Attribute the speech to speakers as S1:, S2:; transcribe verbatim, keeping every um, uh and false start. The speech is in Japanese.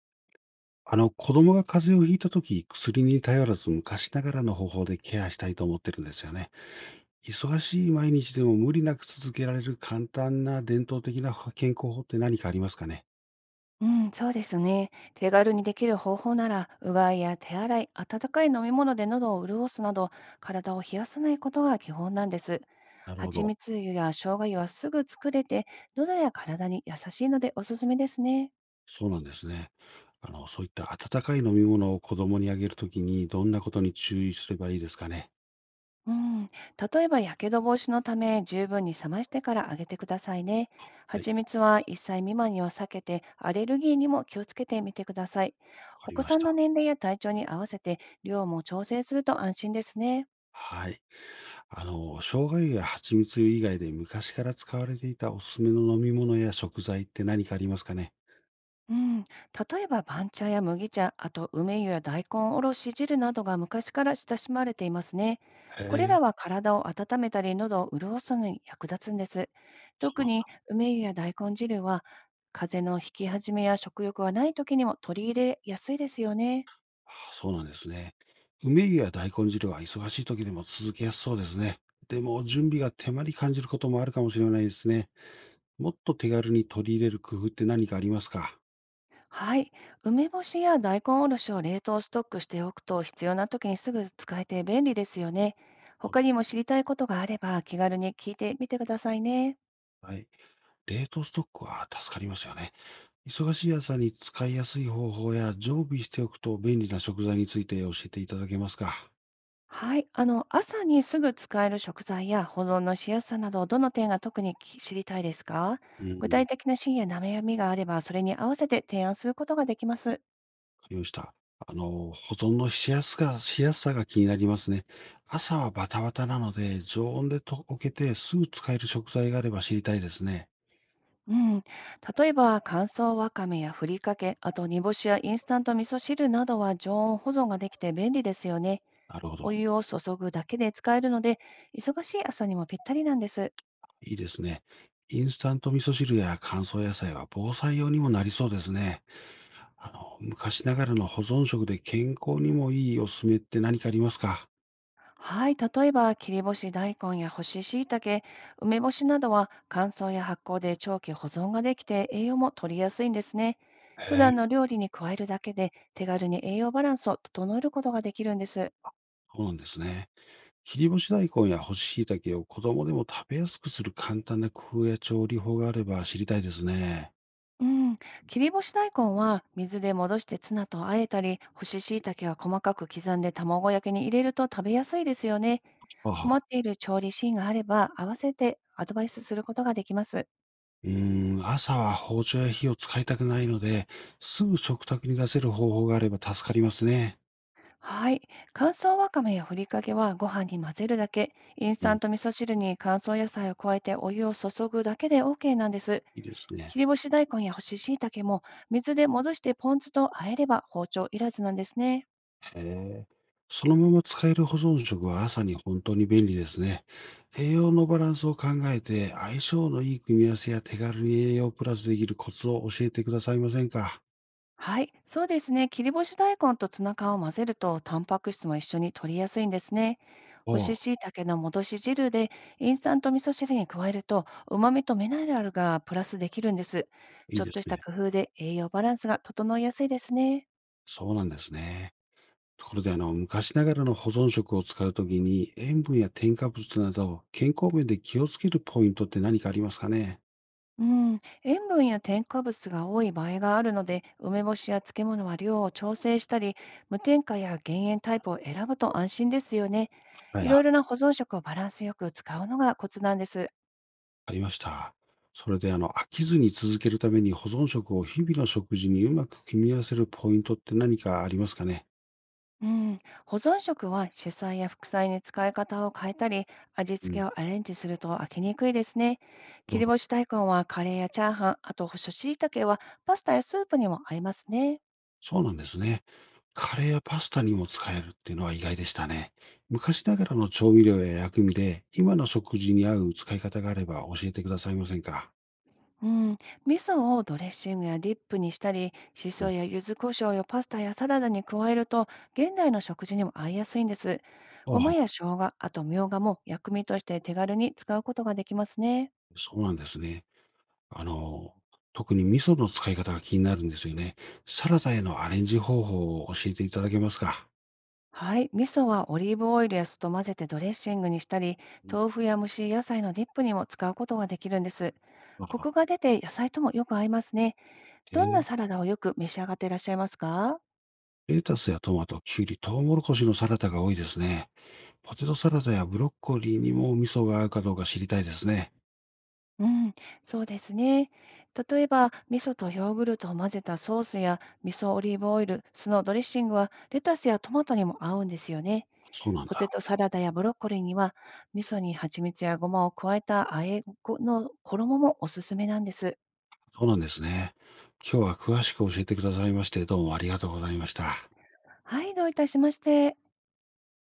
S1: あの、子供が風邪をひいたとき、薬に頼らず昔ながらの方法でケアしたいと思ってるんですよね。忙しい毎日でも無理なく続けられる簡単な伝統的な健康法って何かありますかね。
S2: うん、そうですね。手軽にできる方法なら、うがいや手洗い、温かい飲み物で喉を潤すなど、体を冷やさないことが基本なんです。
S1: なるほ
S2: 蜂
S1: ど。
S2: 蜜湯や生姜湯はすぐ作れて、喉や体に優しいのでおすすめですね。
S1: そうなんですね。あの、そういった温かい飲み物を子供にあげるときに、どんなことに注意すればいいですかね。
S2: うん、例えば、やけど防止のため、十分に冷ましてからあげてくださいね。
S1: はい。
S2: 蜂蜜はいっさい未満には避けて、アレルギーにも気をつけてみてください。
S1: わか
S2: お
S1: り
S2: 子
S1: ま
S2: さ
S1: し
S2: んの
S1: た。
S2: 年齢や体調に合わせて、量も調整すると安心ですね。
S1: はい。あの、生姜湯や蜂蜜湯以外で昔から使われていたおすすめの飲み物や食材って何かありますかね。
S2: うん、例えば番茶や麦茶、あと梅湯や大根おろし汁などが昔から親しまれていますね。
S1: へ
S2: これら
S1: え。
S2: は体を温めたり喉を潤すのに役立つんです。
S1: そう
S2: 特
S1: なん
S2: に
S1: だ。
S2: 梅湯や大根汁は風邪のひき始めや食欲がない時にも取り入れやすいですよね。
S1: ああ、そうなんですね。梅湯や大根汁は忙しい時でも続けやすそうですね。でも、準備が手間に感じることもあるかもしれないですね。もっと手軽に取り入れる工夫って何かありますか。
S2: はい、梅干しや大根おろしを冷凍ストックしておくと必要な時にすぐ使えて便利ですよね。他にも知りたいことがあれば気軽に聞いてみてくださいね。
S1: はい。冷凍ストックは助かりますよね。忙しい朝に使いやすい方法や常備しておくと便利な食材について教えていただけますか。
S2: はい。あの、朝にすぐ使える食材や保存のしやすさなど、どの点が特にき知りたいですか？
S1: う
S2: 具
S1: ん。
S2: 体的なシーンや悩みがあれば、それに合わせて提案することができます。
S1: かりました。あの、保存のしやすがしやすさが気になりますね。朝はバタバタなので、常温でと溶けてすぐ使える食材があれば知りたいですね。
S2: うん。例えば、乾燥わかめやふりかけ、あと煮干しやインスタント味噌汁などは常温保存ができて便利ですよね。
S1: なるほ
S2: お
S1: ど。
S2: 湯を注ぐだけで使えるので、忙しい朝にもぴったりなんです。
S1: いいですね。インスタント味噌汁や乾燥野菜は防災用にもなりそうですね。あの、昔ながらの保存食で健康にもいいおすすめって何かありますか。
S2: はい、例えば切り干し大根や干し椎茸、梅干しなどは乾燥や発酵で長期保存ができて栄養も取りやすいんですね。普
S1: へ
S2: 段の
S1: え、
S2: 料理に加えるだけで手軽に栄養バランスを整えることができるんです。
S1: そうなんですね。切り干し大根や干し椎茸を子供でも食べやすくする簡単な工夫や調理法があれば知りたいですね。
S2: うん、切り干し大根は水で戻してツナと和えたり、干し椎茸は細かく刻んで卵焼きに入れると食べやすいですよね。
S1: はあは
S2: 困っ
S1: あ。
S2: ている調理シーンがあれば合わせてアドバイスすることができます。
S1: うーん、朝は包丁や火を使いたくないので、すぐ食卓に出せる方法があれば助かりますね。
S2: はい。乾燥わかめやふりかけはご飯に混ぜるだけ、インス
S1: う
S2: タン
S1: ん、
S2: ト味噌汁に乾燥野菜を加えてお湯を注ぐだけで オーケー なんです。
S1: いいです
S2: 切
S1: ね。
S2: り干し大根や干し椎茸も水で戻してポン酢と和えれば包丁いらずなんですね。
S1: へえ。そのまま使える保存食は朝に本当に便利ですね。栄養のバランスを考えて、相性のいい組み合わせや手軽に栄養プラスできるコツを教えてくださいませんか？
S2: はい、そうですね。切り干し大根とツナ缶を混ぜると、タンパク質も一緒に取りやすいんですね。
S1: お
S2: 干し
S1: お、
S2: 椎茸の戻し汁で、インスタント味噌汁に加えると、旨味とミネラルがプラスできるんです。
S1: いい
S2: ち
S1: ん
S2: ょっ
S1: で
S2: とし
S1: す
S2: た
S1: ね。
S2: 工夫で栄養バランスが整いやすいですね。
S1: そうなんですね。ところであの、昔ながらの保存食を使うときに、塩分や添加物など、健康面で気をつけるポイントって何かありますかね。
S2: うん、塩分や添加物が多い場合があるので、梅干しや漬物は量を調整したり、無添加や減塩タイプを選ぶと安心ですよね。
S1: は
S2: い
S1: い。
S2: ろ
S1: あ、
S2: いろな保存食をバランスよく使うのがコツなんです。
S1: ありました。それであの、飽きずに続けるために保存食を日々の食事にうまく組み合わせるポイントって何かありますかね。
S2: うん、保存食は主菜や副菜に使い方を変えたり、味
S1: う
S2: 付け
S1: ん。
S2: をアレンジすると飽きにくいですね。切
S1: なるほ
S2: り
S1: ど。
S2: 干し大根はカレーやチャーハン、あと干し椎茸はパスタやスープにも合いますね。
S1: そうなんですね。カレーやパスタにも使えるっていうのは意外でしたね。昔ながらの調味料や薬味で、今の食事に合う使い方があれば教えてくださいませんか。
S2: うん、味噌をドレッシングやディップにしたり、し
S1: う
S2: そ
S1: ん。
S2: や柚子胡椒をパスタやサラダに加えると、現代の食事にも合いやすいんです。
S1: あ
S2: ごま
S1: あ、
S2: や生姜、あとみょうがも薬味として手軽に使うことができますね。
S1: そうなんですね。あの、特に味噌の使い方が気になるんですよね。サラダへのアレンジ方法を教えていただけますか？
S2: はい、味噌はオリーブオイルや酢と混ぜてドレッシングにしたり、
S1: うん。
S2: 豆腐や蒸し野菜のディップにも使うことができるんです。コク
S1: あ
S2: が出て野菜ともよく合いますね。どんな
S1: え、
S2: サラダをよく召し上がっていらっしゃいますか？
S1: レタスやトマト、キュウリ、トウモロコシのサラダが多いですね。ポテトサラダやブロッコリーにも味噌が合うかどうか知りたいですね。
S2: うん、そうですね。例えば、味噌とヨーグルトを混ぜたソースや味噌オリーブオイル、酢のドレッシングはレタスやトマトにも合うんですよね。
S1: そうなん
S2: ポテ
S1: だ。
S2: トサラダやブロッコリーには、味噌に蜂蜜やごまを加えた和えの衣もおすすめなんです。
S1: そうなんですね。今日は詳しく教えてくださいまして、どうもありがとうございました。
S2: はい、どういたしまして。